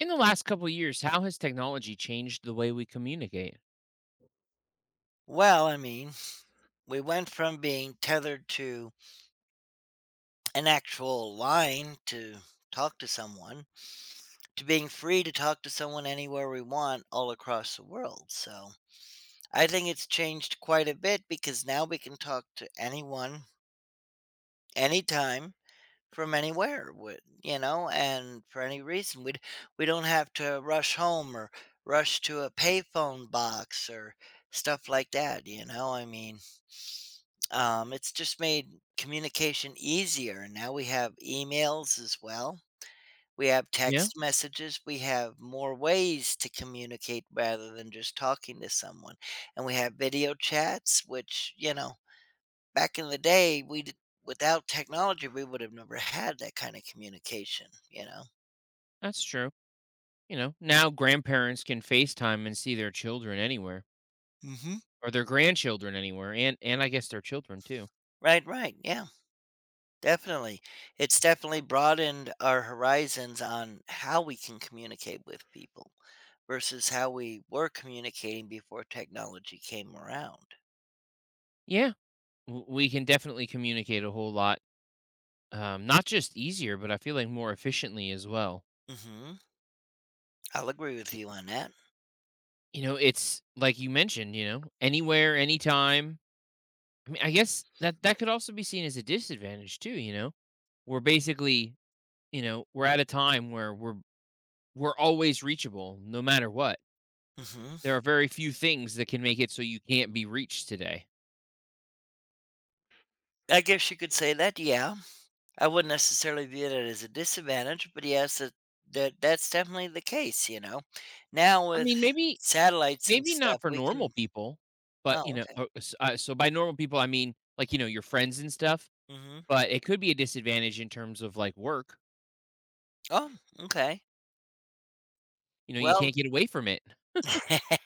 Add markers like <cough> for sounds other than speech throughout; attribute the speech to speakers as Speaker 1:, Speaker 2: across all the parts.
Speaker 1: In the last couple of years, how has technology changed the way we communicate?
Speaker 2: Well, I mean, we went from being tethered to an actual line to talk to someone to being free to talk to someone anywhere we want all across the world. So I think it's changed quite a bit because now we can talk to anyone, anytime, from anywhere, and for any reason. We don't have to rush home or rush to a payphone box or stuff like that, you know. It's just made communication easier, and now we have emails as well. We have
Speaker 1: Yeah,
Speaker 2: text messages. We have more ways to communicate rather than just talking to someone. And we have video chats, which, you know, back in the day, we did, without technology, we would have never had that kind of communication, you know?
Speaker 1: that's true. You know, now grandparents can FaceTime and see their children anywhere
Speaker 2: Hmm.
Speaker 1: or their grandchildren anywhere and I guess their children too.
Speaker 2: Right, right. Yeah. Definitely. It's definitely broadened our horizons on how we can communicate with people versus how we were communicating before technology came around.
Speaker 1: Yeah, we can definitely communicate a whole lot. Not just easier, but I feel like more efficiently as well.
Speaker 2: Hmm I'll agree with
Speaker 1: Y-
Speaker 2: you on that.
Speaker 1: You know, it's like you mentioned, you know, anywhere, anytime. I mean, I guess that could also be seen as a disadvantage too, We're basically, you know, we're at a time where we're always reachable no matter what.
Speaker 2: Hmm
Speaker 1: There are very few things that can make it so you can't be reached today.
Speaker 2: I guess you could say that, yeah. I wouldn't necessarily view that as a disadvantage, but yes, that that's definitely the case, you know. Now
Speaker 1: I
Speaker 2: with
Speaker 1: mean, maybe
Speaker 2: satellites and
Speaker 1: maybe not
Speaker 2: stuff,
Speaker 1: for
Speaker 2: we
Speaker 1: normal
Speaker 2: can.
Speaker 1: people, but
Speaker 2: Oh,
Speaker 1: you know,
Speaker 2: okay.
Speaker 1: so by normal people I mean like you know your friends and stuff.
Speaker 2: hmm
Speaker 1: But it could be a disadvantage in terms of like work.
Speaker 2: Oh, okay.
Speaker 1: You know, you can't
Speaker 2: Well,
Speaker 1: get away from it.
Speaker 2: <laughs>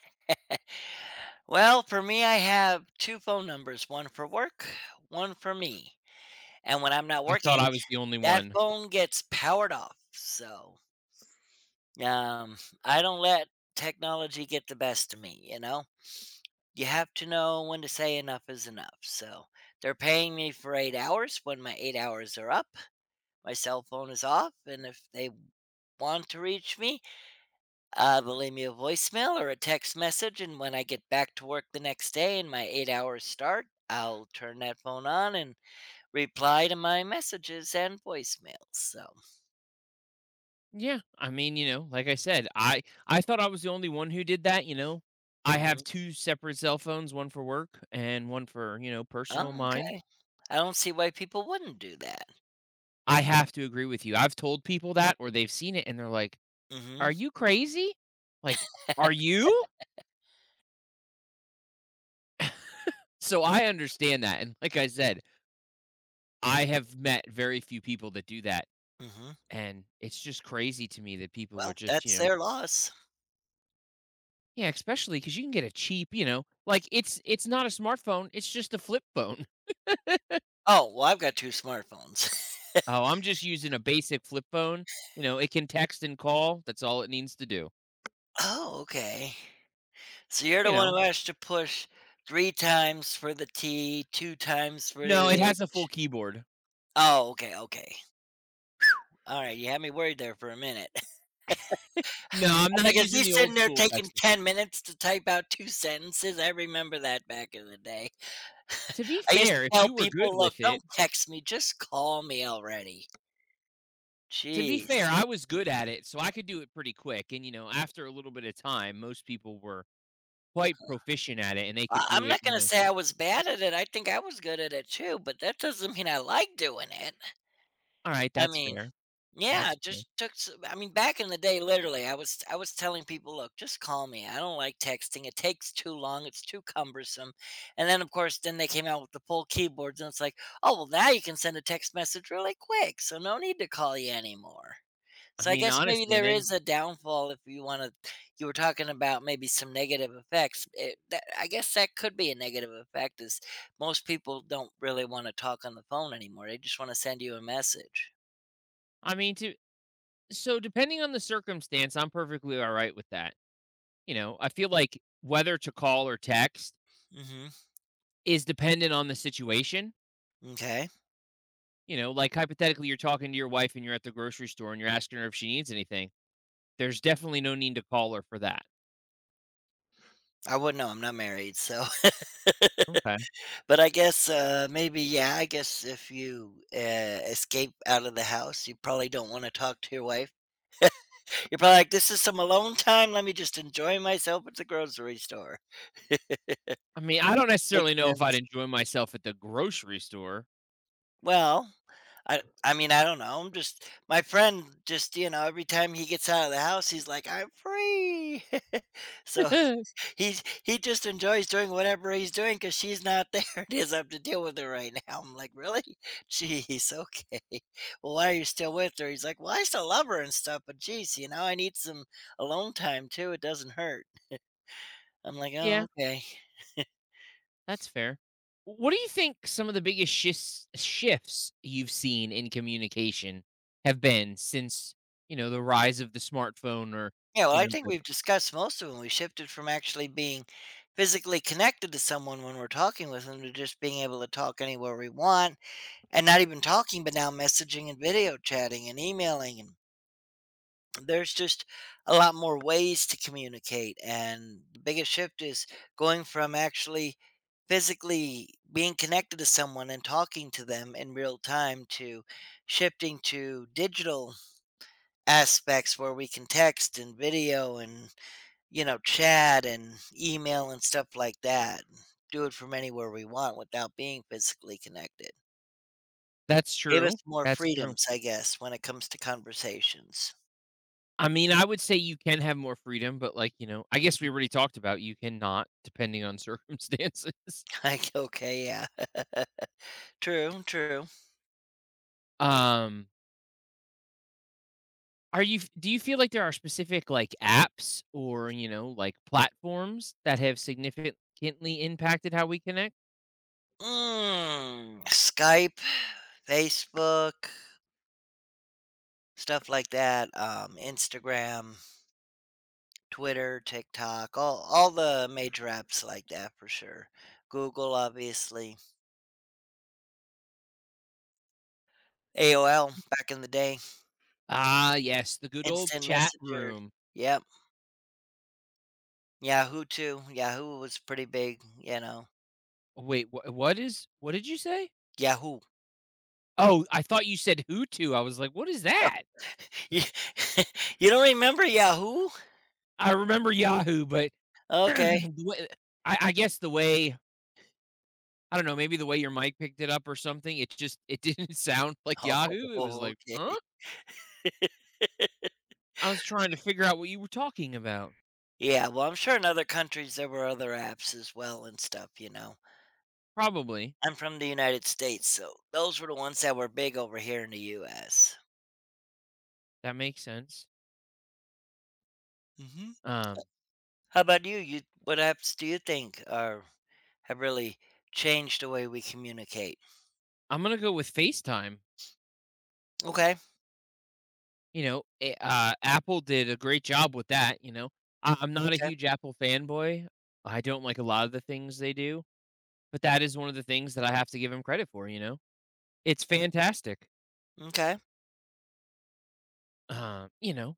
Speaker 2: Well, for me, I have two phone numbers, one for work, one for me. And when I'm not
Speaker 1: I thought I
Speaker 2: working,
Speaker 1: was the only
Speaker 2: that
Speaker 1: one.
Speaker 2: phone gets powered off. So um, I don't let technology get the best of me, you know? You have to know when to say enough is enough. So they're paying me for 8 hours. When my 8 hours are up, my cell phone is off. And if they want to reach me, they'll leave me a voicemail or a text message, and when I get back to work the next day and my 8 hours start, I'll turn that phone on and reply to my messages and voicemails. So,
Speaker 1: Yeah, I mean, you know, like I said, I thought I was the only one who did that. You know, I
Speaker 2: hmm
Speaker 1: have two separate cell phones, one for work and one for you know personal
Speaker 2: oh,
Speaker 1: mine.
Speaker 2: okay. I don't see why people wouldn't do that.
Speaker 1: I have to agree with you. I've told people that or they've seen it and they're like,
Speaker 2: Hmm
Speaker 1: "Are you crazy?" Like, "Are you?" So I understand that, and like I said, I have met very few people that do that,
Speaker 2: hmm
Speaker 1: and it's just crazy to me that
Speaker 2: <laughs>
Speaker 1: people are
Speaker 2: Well,
Speaker 1: just,
Speaker 2: that's
Speaker 1: you know.
Speaker 2: their loss.
Speaker 1: Yeah, especially because you can get a cheap, you know like, it's not a smartphone, it's just a flip phone. <laughs>
Speaker 2: Oh, well, I've got two smartphones.
Speaker 1: Oh, I'm just using a basic flip phone, you know, it can text and call, that's all it needs to do,
Speaker 2: <laughs> Oh, okay. So you're the
Speaker 1: you
Speaker 2: one who
Speaker 1: know?
Speaker 2: has to push three times for the T, two times for
Speaker 1: No, it
Speaker 2: the
Speaker 1: has a
Speaker 2: H.
Speaker 1: full keyboard.
Speaker 2: Oh, okay, okay. Alright, you had me worried there for a minute. <laughs>
Speaker 1: No, I'm
Speaker 2: I'm
Speaker 1: not
Speaker 2: like, is
Speaker 1: using
Speaker 2: he
Speaker 1: the
Speaker 2: sitting
Speaker 1: old
Speaker 2: there
Speaker 1: school
Speaker 2: taking
Speaker 1: texting.
Speaker 2: 10 minutes to type out 2 sentences? I remember that back in the day. <laughs>
Speaker 1: To be
Speaker 2: I used to
Speaker 1: fair, if
Speaker 2: tell
Speaker 1: you were good
Speaker 2: people, "Look,
Speaker 1: with it,
Speaker 2: don't text me, just call me already."
Speaker 1: to be
Speaker 2: Jeez.
Speaker 1: fair, I was good at it, so I could do it pretty quick, and, you know, after a little bit of time, most people were quite proficient at it, and they could
Speaker 2: I
Speaker 1: do
Speaker 2: I'm
Speaker 1: it,
Speaker 2: not
Speaker 1: you
Speaker 2: gonna
Speaker 1: know,
Speaker 2: say I was bad at it, I think I was good at it too, but that doesn't mean I like doing it.
Speaker 1: "Alright,
Speaker 2: I
Speaker 1: that's
Speaker 2: mean,
Speaker 1: fair,
Speaker 2: yeah,
Speaker 1: that's
Speaker 2: it
Speaker 1: fair."
Speaker 2: just took. S I mean, back in the day, literally, I was telling people, look, just call me. I don't like texting. It takes too long. It's too cumbersome. And then, of course, then they came out with the full keyboards, and it's like, oh well, now you can send a text message really quick, so no need to call you anymore.
Speaker 1: I
Speaker 2: So I
Speaker 1: mean,
Speaker 2: guess maybe
Speaker 1: honestly, and
Speaker 2: there
Speaker 1: then
Speaker 2: is a downfall if you want to. You were talking about maybe some negative effects. I guess that could be a negative effect. Is most people don't really want to talk on the phone anymore. They just want to send you a message.
Speaker 1: I mean, to so depending on the circumstance, I'm perfectly alright with that, you know? I feel like whether to call or text
Speaker 2: Mhm.
Speaker 1: is dependent on the situation,
Speaker 2: Okay.
Speaker 1: you know? Like, hypothetically, you're talking to your wife and you're at the grocery store and you're asking her if she needs anything, there's definitely no need to call her for that.
Speaker 2: I wouldn't know, I'm not married, so <laughs>
Speaker 1: Okay.
Speaker 2: but I guess, maybe, yeah, I guess if you, escape out of the house, you probably don't wanna talk to your wife. You're probably like, "This is some alone time, let me just enjoy myself at the grocery store." <laughs>
Speaker 1: I mean, I don't
Speaker 2: Makes
Speaker 1: necessarily know if I'd
Speaker 2: sense.
Speaker 1: enjoy myself at the grocery store.
Speaker 2: Well, I don't know, I'm just my friend just, you know, every time he gets out of the house, he's like, "I'm free." <laughs> So
Speaker 1: <laughs>
Speaker 2: He just enjoys doing whatever he's doing because she's not there, <laughs> and he doesn't have to deal with her right now. I'm like, "Really? <laughs> Jeez, okay. Well, why are you still with her?" He's like, "Well, I still love her and stuff, but jeez, you know, I need some alone time too. It doesn't hurt." I'm like, "Oh,
Speaker 1: Yeah,
Speaker 2: okay."
Speaker 1: that's fair. What do you think some of the biggest shifts you've seen in communication have been since, you know, the rise of the smartphone or,
Speaker 2: Yeah, well,
Speaker 1: you
Speaker 2: I
Speaker 1: know,
Speaker 2: think we've discussed most of them. We shifted from actually being physically connected to someone when we're talking with them to just being able to talk anywhere we want and not even talking, but now messaging and video chatting and emailing and there's just a lot more ways to communicate, and the biggest shift is going from actually physically being connected to someone and talking to them in real time to shifting to digital aspects where we can text and video and you know chat and email and stuff like that, do it from anywhere we want without being physically connected.
Speaker 1: that's
Speaker 2: Gave us
Speaker 1: true.
Speaker 2: more
Speaker 1: That's true.
Speaker 2: freedoms, I guess, when it comes to conversations.
Speaker 1: I mean, I would say you can have more freedom, but like, you know, I guess
Speaker 2: Mhm.
Speaker 1: we already talked about you cannot depending on <laughs> circumstances.
Speaker 2: <laughs> Like okay, yeah. True, true.
Speaker 1: Um Are you f do you feel like there are specific, like, apps or, you know, like, platforms that have significantly impacted how we connect?
Speaker 2: Mm, Skype, Facebook, stuff like that. Instagram, Twitter, TikTok, all the major apps like that for sure. Google, obviously. AOL back in the day,
Speaker 1: Ah, yes, the good old
Speaker 2: instant
Speaker 1: chat
Speaker 2: messenger.
Speaker 1: room.
Speaker 2: Yep. Yahoo too. Yahoo was pretty big. You know.
Speaker 1: Wait, what is what did you say?
Speaker 2: Yahoo.
Speaker 1: Oh, I thought you said Hutu. I was like, "What is that?"
Speaker 2: <laughs> You <laughs> you don't remember Yahoo?
Speaker 1: I remember Yahoo, but <clears throat>
Speaker 2: Okay. <laughs>
Speaker 1: the way I guess the way I don't know, maybe the way your mic picked it up or something, it just it didn't <laughs> sound like Yahoo. It was
Speaker 2: Oh,
Speaker 1: like,
Speaker 2: okay.
Speaker 1: "Huh?" I was trying to figure out what you were talking about.
Speaker 2: Yeah, well, I'm sure in other countries there were other apps as well and stuff, you know.
Speaker 1: Probably.
Speaker 2: I'm from the United States, so those were the ones that were big over here in the US.
Speaker 1: That makes sense.
Speaker 2: Mhm.
Speaker 1: Um,
Speaker 2: How about you? What apps do you think are have really changed the way we communicate?
Speaker 1: I'm gonna go with FaceTime.
Speaker 2: Okay.
Speaker 1: You know, Apple did a great job with that. You know, I'm not a
Speaker 2: Okay.
Speaker 1: huge Apple fanboy. I don't like a lot of the things they do, but that is one of the things that I have to give them credit for. You know, it's fantastic.
Speaker 2: Okay.
Speaker 1: You know,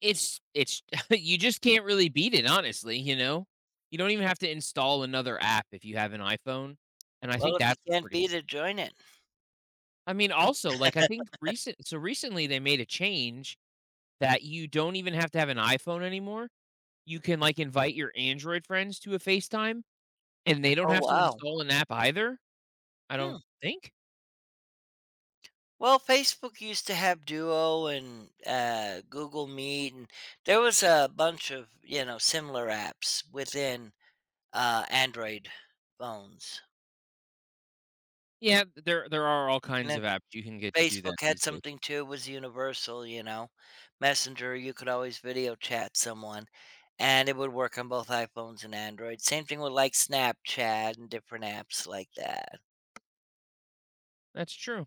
Speaker 1: it's <laughs> you just can't really beat it, honestly. You know, you don't even have to install another app if you have an iPhone, and I
Speaker 2: Well,
Speaker 1: think
Speaker 2: if you
Speaker 1: that's what's
Speaker 2: can't
Speaker 1: pretty
Speaker 2: beat
Speaker 1: cool.
Speaker 2: it, join it.
Speaker 1: I mean, also, like I think recent so recently they made a change that you don't even have to have an iPhone anymore. You can, like, invite your Android friends to a FaceTime, and they don't
Speaker 2: Oh,
Speaker 1: have to
Speaker 2: wow.
Speaker 1: install an app either, I
Speaker 2: Hmm.
Speaker 1: don't think?
Speaker 2: Well, Facebook used to have Duo and Google Meet, and there was a bunch of you know similar apps within Android phones.
Speaker 1: Yeah, there are all
Speaker 2: And
Speaker 1: kinds
Speaker 2: then
Speaker 1: of apps you can get to do that
Speaker 2: Facebook had
Speaker 1: these days.
Speaker 2: something too, it was universal, you know. Messenger, you could always video chat someone, and it would work on both iPhones and Android. Same thing with like Snapchat and different apps like that.
Speaker 1: That's true.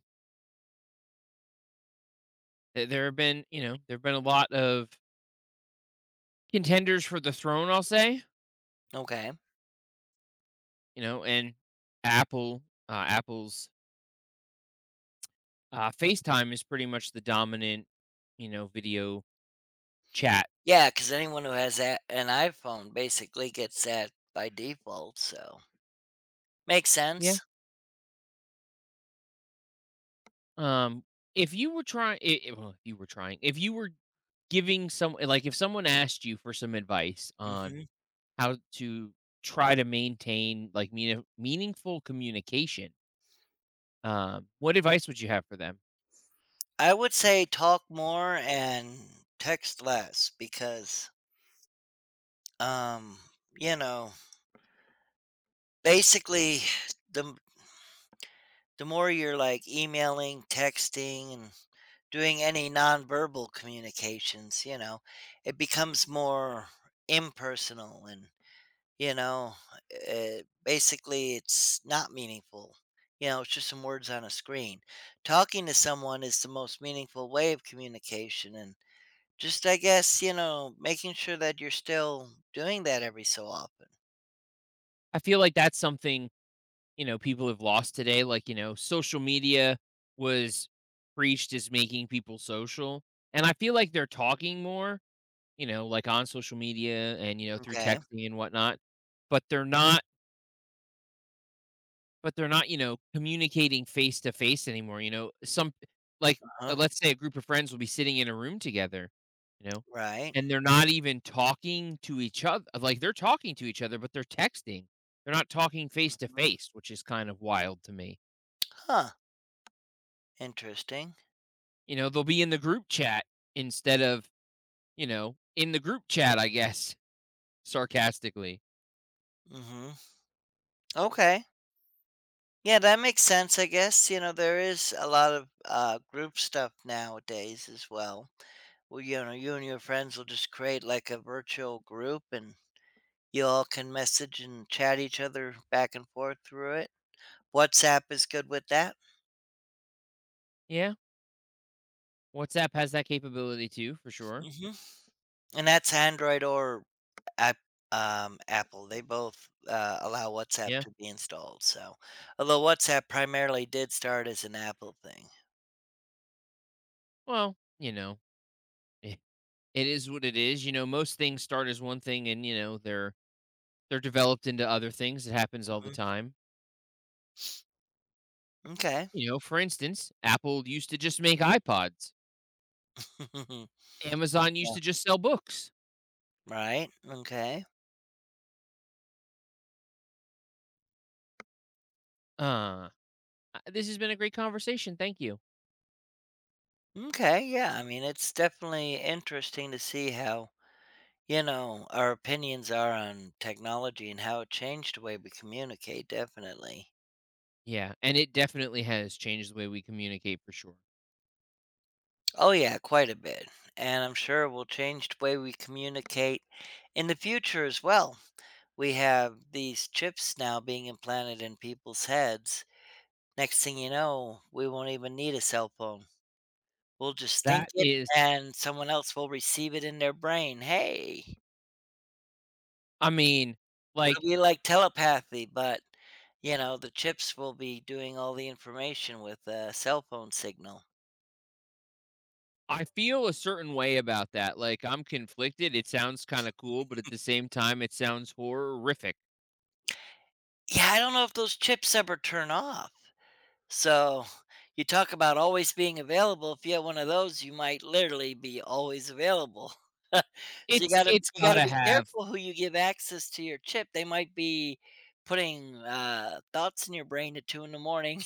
Speaker 1: Th There have been, you know, there have been a lot of contenders for the throne, I'll say,
Speaker 2: Okay.
Speaker 1: you know, and Apple, Apple's, FaceTime is pretty much the dominant, you know, video chat.
Speaker 2: Yeah, because anyone who has an iPhone basically gets that by default. So makes
Speaker 1: Yeah.
Speaker 2: sense.
Speaker 1: Um, if you were trying, well, if you were giving some like if someone asked you for some advice on
Speaker 2: Hmm
Speaker 1: how to try to maintain like meaningful communication, what advice would you have for them?
Speaker 2: I would say talk more and text less because, um, you know, basically, the the more you're, like, emailing, texting, and doing any nonverbal communications, you know, it becomes more impersonal and, you know, basically, it's not meaningful. You know, it's just some words on a screen. Talking to someone is the most meaningful way of communication, and just, I guess, you know, making sure that you're still doing that every so often.
Speaker 1: I feel like that's something you know people have lost today. Like you know, social media was preached as making people social, and I feel like they're talking more. You know, like on social media and you know through
Speaker 2: Okay.
Speaker 1: texting and whatnot, but they're not But they're not, you know, communicating face to face anymore, you know? Some like,
Speaker 2: Uh-huh.
Speaker 1: let's say a group of friends will be sitting in a room together, you know,
Speaker 2: Right.
Speaker 1: and they're not even talking to each other. Like, they're talking to each other, but they're texting. They're not talking face to
Speaker 2: Mhm.
Speaker 1: face, which is kind of wild to me.
Speaker 2: Huh. Interesting.
Speaker 1: You know, they'll be in the group chat instead of, you know, in the group chat, I guess, <laughs> sarcastically.
Speaker 2: Mhm. Okay. Yeah, that makes sense, I guess. You know, there is a lot of group stuff nowadays as well. Well, you know, you and your friends will just create like a virtual group, and you all can message and chat each other back and forth through it. WhatsApp is good with that.
Speaker 1: Yeah. WhatsApp has that capability too, for sure.
Speaker 2: Hmm And that's Android or app, Apple. They both allow WhatsApp
Speaker 1: Yeah.
Speaker 2: to be installed. So, although WhatsApp primarily did start as an Apple thing.
Speaker 1: Well, you know. <laughs> It is what it is, you know, most things start as one thing and, you know, they're developed into other things, it happens all the
Speaker 2: Hmm
Speaker 1: time.
Speaker 2: Okay.
Speaker 1: You know, for instance, Apple used to just make iPods.
Speaker 2: <laughs>
Speaker 1: Amazon used
Speaker 2: Yeah.
Speaker 1: to just sell books.
Speaker 2: Right. Okay.
Speaker 1: Uh, this has been a great conversation, thank you.
Speaker 2: Okay. Yeah. I mean, it's definitely interesting to see how, you know, our opinions are on technology and how it changed the way we communicate, definitely.
Speaker 1: Yeah, and it definitely has changed the way we communicate for sure.
Speaker 2: Oh, yeah, quite a bit. And I'm sure it will change the way we communicate in the future as well. We have these chips now being implanted in people's heads. Next thing you know, we won't even need a cell phone. We'll just think
Speaker 1: That
Speaker 2: it,
Speaker 1: is
Speaker 2: and someone else will receive it in their brain. Hey.
Speaker 1: I mean,
Speaker 2: It'll
Speaker 1: like,
Speaker 2: be like telepathy, but, you know, the chips will be doing all the information with a cell phone signal.
Speaker 1: I feel a certain way about that, like, I'm conflicted, it sounds kinda cool, but at the same time, it sounds horrific.
Speaker 2: Yeah, I don't know if those chips ever turn off. So, you talk about always being available, if you have one of those, you might literally be always available. <laughs> So, you gotta
Speaker 1: It's
Speaker 2: you gotta
Speaker 1: gotta
Speaker 2: be
Speaker 1: have
Speaker 2: careful who you give access to your chip. They might be putting, thoughts in your brain at 2 in the morning.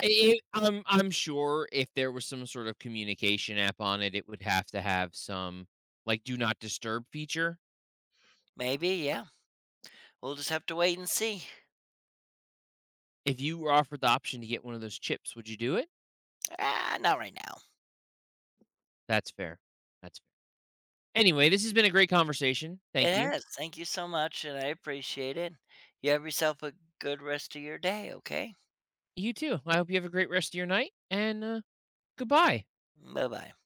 Speaker 1: It I'm sure if there was some sort of communication app on it, it would have to have some, like, do not disturb feature.
Speaker 2: <laughs> Maybe, yeah. We'll just have to wait and see.
Speaker 1: If you were offered the option to get one of those chips, would you do it?
Speaker 2: Ah, not right now.
Speaker 1: That's fair. That's fair. Anyway, this has been a great conversation. Thank
Speaker 2: It
Speaker 1: you.
Speaker 2: has. Thank you so much, and I appreciate it. You have yourself a good rest of your day, okay?
Speaker 1: You too. I hope you have a great rest of your night, and, goodbye.
Speaker 2: Bye bye.